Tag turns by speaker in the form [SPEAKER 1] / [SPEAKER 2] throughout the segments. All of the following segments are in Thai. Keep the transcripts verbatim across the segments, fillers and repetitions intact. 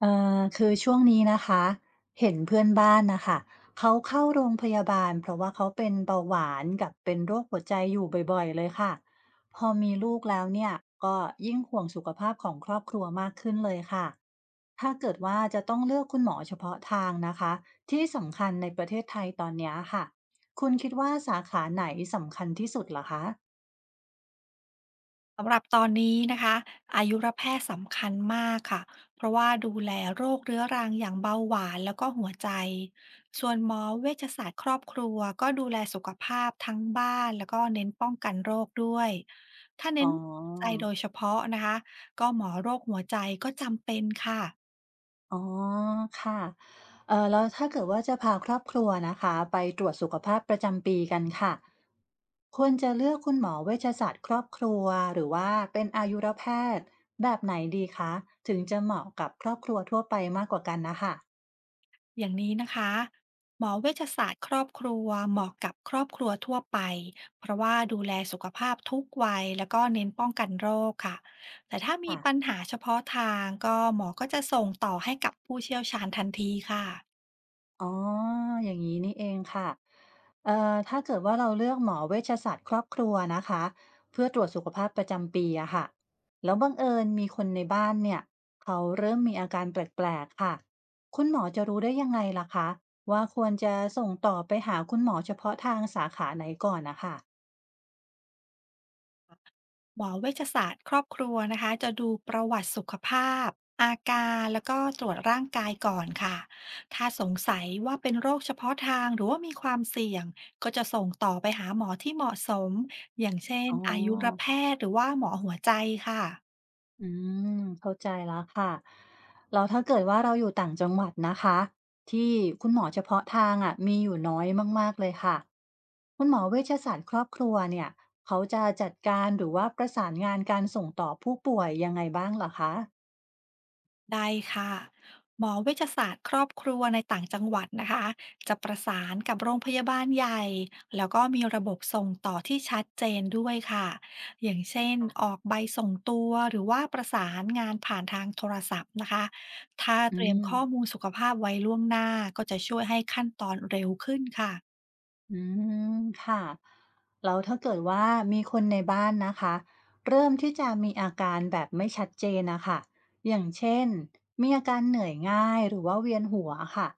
[SPEAKER 1] เอ่อคือช่วงนี้นะคะเห็นเพื่อนบ้านนะคะเขาเข้าโรงพยาบาลเพราะว่าเขาเป็นเบาหวานกับเป็นโรคหัวใจอยู่บ่อยๆเลยค่ะพอมีลูกแล้วเนี่ยก็ยิ่งห่วงสุขภาพของครอบครัวมากขึ้นเลยค่ะถ้าเกิดว่าจะต้องเลือกคุณหมอเฉพาะทางนะคะที่สำคัญในประเทศไทยตอนเนี้ยค่ะคุณคิดว่าสาขาไหนสำคัญที่สุดเหรอคะ
[SPEAKER 2] สำหรับตอนนี้นะคะอายุรแพทย์สำคัญมากค่ะเพราะว่าดูแลโรคเรื้อรังอย่างเบาหวานแล้วก็หัวใจส่วนหมอเวชศาสตร์ครอบครัวก็ดูแลสุขภาพทั้งบ้านแล้วก็เน้นป้องกันโรคด้วยถ้า
[SPEAKER 1] อ๋
[SPEAKER 2] เน้
[SPEAKER 1] อ
[SPEAKER 2] นใจโดยเฉพาะนะคะก็หมอโรคหัวใจก็จำเป็นค่ะ
[SPEAKER 1] อ๋อค่ะเอ่อแล้วถ้าเกิดว่าจะพาครอบครัวนะคะไปตรวจสุขภาพประจำปีกันค่ะควรจะเลือกคุณหมอเวชศาสตร์ครอบครัวหรือว่าเป็นอายุรแพทย์แบบไหนดีคะถึงจะเหมาะกับครอบครัวทั่วไปมากกว่ากันนะคะ
[SPEAKER 2] อย่างนี้นะคะหมอเวชศาสตร์ครอบครัวเหมาะกับครอบครัวทั่วไปเพราะว่าดูแลสุขภาพทุกวัยแล้วก็เน้นป้องกันโรคค่ะแต่ถ้ามี
[SPEAKER 1] ค่ะ
[SPEAKER 2] ปัญหาเฉพาะทางก็หมอก็จะส่งต่อให้กับผู้เชี่ยวชาญทันทีค่ะ
[SPEAKER 1] อ๋อ อย่างนี้นี่เองค่ะเอ่อถ้าเกิดว่าเราเลือกหมอเวชศาสตร์ครอบครัวนะคะ เพื่อตรวจสุขภาพประจำปีอะค่ะ แล้วบังเอิญมีคนในบ้านเนี่ย เขาเริ่มมีอาการแปลกๆค่ะ คุณหมอจะรู้ได้ยังไงล่ะคะว่าควรจะส่งต่อไปหาคุณหมอเฉพาะทางสาขาไหนก่อนนะคะ
[SPEAKER 2] หมอเวชศาสตร์ครอบครัวนะคะจะดูประวัติสุขภาพอาการแล้วก็ตรวจร่างกายก่อนค่ะถ้าสงสัยว่าเป็นโรคเฉพาะทางหรือว่ามีความเสี่ยงก็จะส่งต่อไปหาหมอที่เหมาะสมอย่างเช่น
[SPEAKER 1] อ๋อ
[SPEAKER 2] อายุรแพทย์หรือว่าหมอหัวใจค่ะ
[SPEAKER 1] อืมเข้าใจแล้วค่ะแล้วถ้าเกิดว่าเราอยู่ต่างจังหวัดนะคะที่คุณหมอเฉพาะทางอะมีอยู่น้อยมากๆเลยค่ะคุณหมอเวชศาสตร์ครอบครัวเนี่ยเขาจะจัดการหรือว่าประสานงานการส่งต่อผู้ป่วยยังไงบ้างเหรอคะ
[SPEAKER 2] ได้ค่ะหมอเวชศาสตร์ครอบครัวในต่างจังหวัดนะคะจะประสานกับโรงพยาบาลใหญ่แล้วก็มีระบบส่งต่อที่ชัดเจนด้วยค่ะอย่างเช่นออกใบส่งตัวหรือว่าประสานงานผ่านทางโทรศัพท์นะคะถ้า
[SPEAKER 1] อื
[SPEAKER 2] เตรียม
[SPEAKER 1] ม
[SPEAKER 2] ข้อมูลสุขภาพไว้ล่วงหน้าก็จะช่วยให้ขั้นตอนเร็วขึ้นค่ะ
[SPEAKER 1] อืมค่ะแล้วถ้าเกิดว่ามีคนในบ้านนะคะเริ่มที่จะมีอาการแบบไม่ชัดเจนนะคะอย่างเช่นมีอาการเหนื่อยง่ายหรือว่าเวียนหัวค่ะ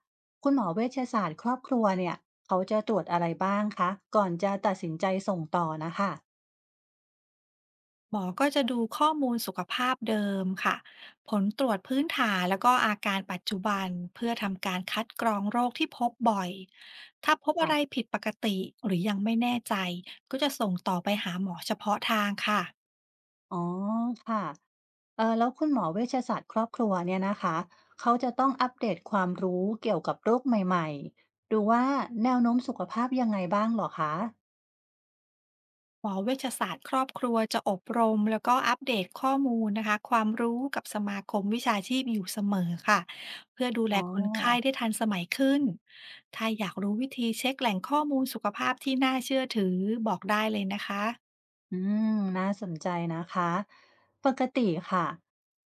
[SPEAKER 1] คุณหมอเวชศาสตร์ครอบครัวเนี่ยเขาจะตรวจอะไรบ้างคะก่อนจะตัดสินใจส่งต่อนะคะ
[SPEAKER 2] หมอก็จะดูข้อมูลสุขภาพเดิมค่ะผลตรวจพื้นฐานแล้วก็อาการปัจจุบันเพื่อทำการคัดกรองโรคที่พบบ่อยถ้าพบอะ
[SPEAKER 1] ค่ะ
[SPEAKER 2] ไรผิดปกติหรือยังไม่แน่ใจก็จะส่งต่อไปหาหมอเฉพาะทางค่ะ
[SPEAKER 1] อ๋อค่ะเออแล้วคุณหมอเวชศาสตร์ครอบครัวเนี่ยนะคะเขาจะต้องอัปเดตความรู้เกี่ยวกับโรคใหม่ๆหรือว่าแนวโน้มสุขภาพยังไงบ้างเหรอคะ
[SPEAKER 2] หมอเวชศาสตร์ครอบครัวจะอบรมแล้วก็อัปเดตข้อมูลนะคะความรู้กับสมาคมวิชาชีพอยู่เสมอค่ะเพื่อดูแล
[SPEAKER 1] อ๋อ
[SPEAKER 2] คนไข้ได้ทันสมัยขึ้นถ้าอยากรู้วิธีเช็คแหล่งข้อมูลสุขภาพที่น่าเชื่อถือบอกได้เลยนะคะ
[SPEAKER 1] อืมน่าสนใจนะคะ ปกติค่ะ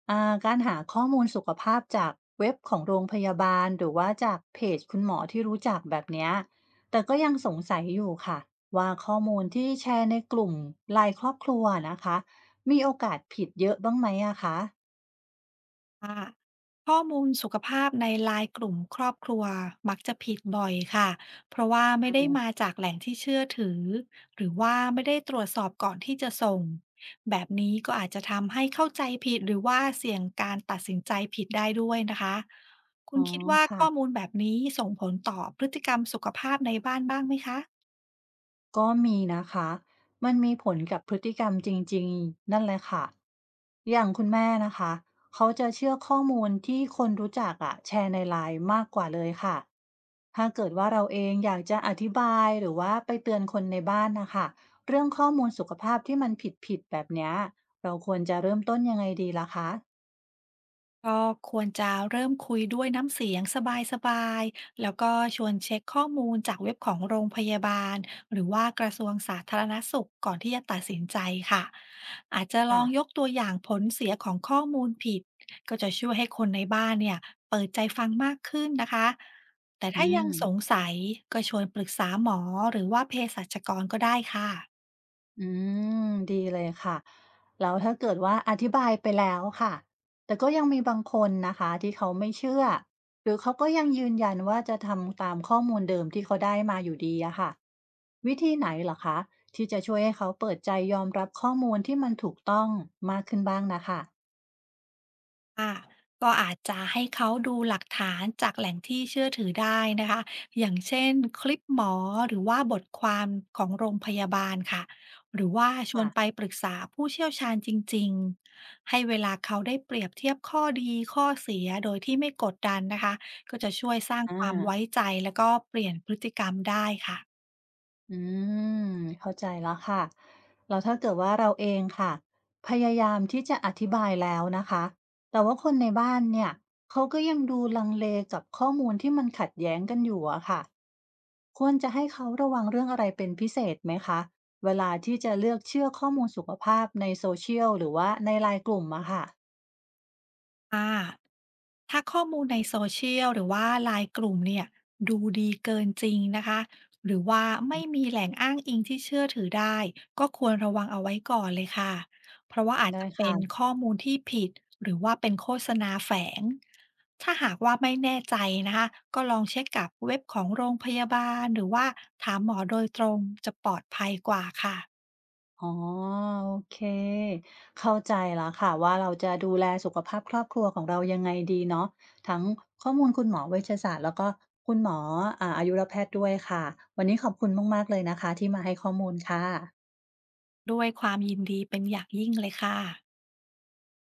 [SPEAKER 1] อ่าการหาข้อมูลสุขภาพจากเว็บของโรงพยาบาลหรือว่าจากเพจคุณหมอที่รู้จักแบบเนี้ยแต่ก็ยังสงสัยอยู่ค่ะว่าข้อมูลที่แชร์ในกลุ่มไลน์ครอบครัวนะคะ มีโอกาสผิดเยอะบ้างไหมอะคะ
[SPEAKER 2] ค่ะข้อมูลสุขภาพในไลน์กลุ่มครอบครัวมักจะผิดบ่อยค่ะเพราะว่าไม่ได้มาจากแหล่งที่เชื่อถือหรือว่าไม่ได้ตรวจสอบก่อนที่จะส่งแบบนี้ก็อาจจะทำให้เข้าใจผิดหรือว่าเสี่ยงการตัดสินใจผิดได้ด้วยนะคะคุ
[SPEAKER 1] อ๋
[SPEAKER 2] ณ
[SPEAKER 1] อ
[SPEAKER 2] คิดว่า
[SPEAKER 1] ค่ะ
[SPEAKER 2] ข้อมูลแบบนี้ส่งผลต่อพฤติกรรมสุขภาพในบ้านบ้างไหมคะ
[SPEAKER 1] ก็มีนะคะ มันมีผลกับพฤติกรรมจริงๆนั่นแหละค่ะ อย่างคุณแม่นะคะ เขาจะเชื่อข้อมูลที่คนรู้จักอะแชร์ในไลน์มากกว่าเลยค่ะ ถ้าเกิดว่าเราเองอยากจะอธิบายหรือว่าไปเตือนคนในบ้านนะคะ เรื่องข้อมูลสุขภาพที่มันผิดๆแบบเนี้ยเราควรจะเริ่มต้นยังไงดีล่ะคะ
[SPEAKER 2] ก็ควรจะเริ่มคุยด้วยน้ำเสียงสบายๆแล้วก็ชวนเช็คข้อมูลจากเว็บของโรงพยาบาลหรือว่ากระทรวงสาธารณสุขก่อนที่จะตัดสินใจค่ะอาจจะลอ
[SPEAKER 1] ค่ะ
[SPEAKER 2] งยกตัวอย่างผลเสียของข้อมูลผิดก็จะช่วยให้คนในบ้านเนี่ยเปิดใจฟังมากขึ้นนะคะแต่
[SPEAKER 1] อื
[SPEAKER 2] ถ้ายังสง
[SPEAKER 1] ม
[SPEAKER 2] สัยก็ชวนปรึกษาหมอหรือว่าเภสัชกรก็ได้ค่ะ
[SPEAKER 1] อืมดีเลยค่ะแล้วถ้าเกิดว่าอธิบายไปแล้วค่ะแต่ก็ยังมีบางคนนะคะที่เขาไม่เชื่อหรือเขาก็ยังยืนยันว่าจะทำตามข้อมูลเดิมที่เขาได้มาอยู่ดีอะค่ะวิธีไหนเหรอคะที่จะช่วยให้เขาเปิดใจยอมรับข้อมูลที่มันถูกต้องมากขึ้นบ้างนะคะ
[SPEAKER 2] ค่ะก็อาจจะให้เขาดูหลักฐานจากแหล่งที่เชื่อถือได้นะคะอย่างเช่นคลิปหมอหรือว่าบทความของโรงพยาบาลค่ะหรือว่าชวนไป
[SPEAKER 1] ค่ะ
[SPEAKER 2] ปรึกษาผู้เชี่ยวชาญจริงๆให้เวลาเขาได้เปรียบเทียบข้อดีข้อเสียโดยที่ไม่กดดันนะคะก็จะช่วยสร้าง
[SPEAKER 1] อ่
[SPEAKER 2] ความไว้
[SPEAKER 1] า
[SPEAKER 2] ใจแล้วก็เปลี่ยนพฤติกรรมได้ค่ะ
[SPEAKER 1] อืมเข้าใจแล้วค่ะแล้วถ้าเกิดว่าเราเองค่ะพยายามที่จะอธิบายแล้วนะคะแต่ว่าคนในบ้านเนี่ยเขาก็ยังดูลังเลกับข้อมูลที่มันขัดแย้งกันอยู่อะค่ะควรจะให้เขาระวังเรื่องอะไรเป็นพิเศษไหมคะเวลาที่จะเลือกเชื่อข้อมูลสุขภาพในโซเชียลหรือว่าในไลน์กลุ่มอะค่ะ
[SPEAKER 2] ค่ะถ้าข้อมูลในโซเชียลหรือว่าไลน์กลุ่มเนี่ยดูดีเกินจริงนะคะหรือว่าไม่มีแหล่งอ้างอิงที่เชื่อถือได้ก็ควรระวังเอาไว้ก่อนเลยค่ะเพราะว่าอาจ
[SPEAKER 1] ได้
[SPEAKER 2] จะเป็น
[SPEAKER 1] ค่ะ
[SPEAKER 2] ข้อมูลที่ผิดหรือว่าเป็นโฆษณาแฝงถ้าหากว่าไม่แน่ใจนะคะก็ลองเช็คกับเว็บของโรงพยาบาลหรือว่าถามหมอโดยตรงจะปลอดภัยกว่าค่ะ
[SPEAKER 1] อ๋อโอเคเข้าใจแล้วค่ะว่าเราจะดูแลสุขภาพครอบครัวของเรายังไงดีเนาะทั้งข้อมูลคุณหมอเวชศาสตร์แล้วก็คุณหมออ่าอายุรแพทย์ด้วยค่ะวันนี้ขอบคุณมากๆเลยนะคะที่มาให้ข้อมูลค่ะ
[SPEAKER 2] ด้วยความยินดีเป็นอย่างยิ่งเลยค่ะ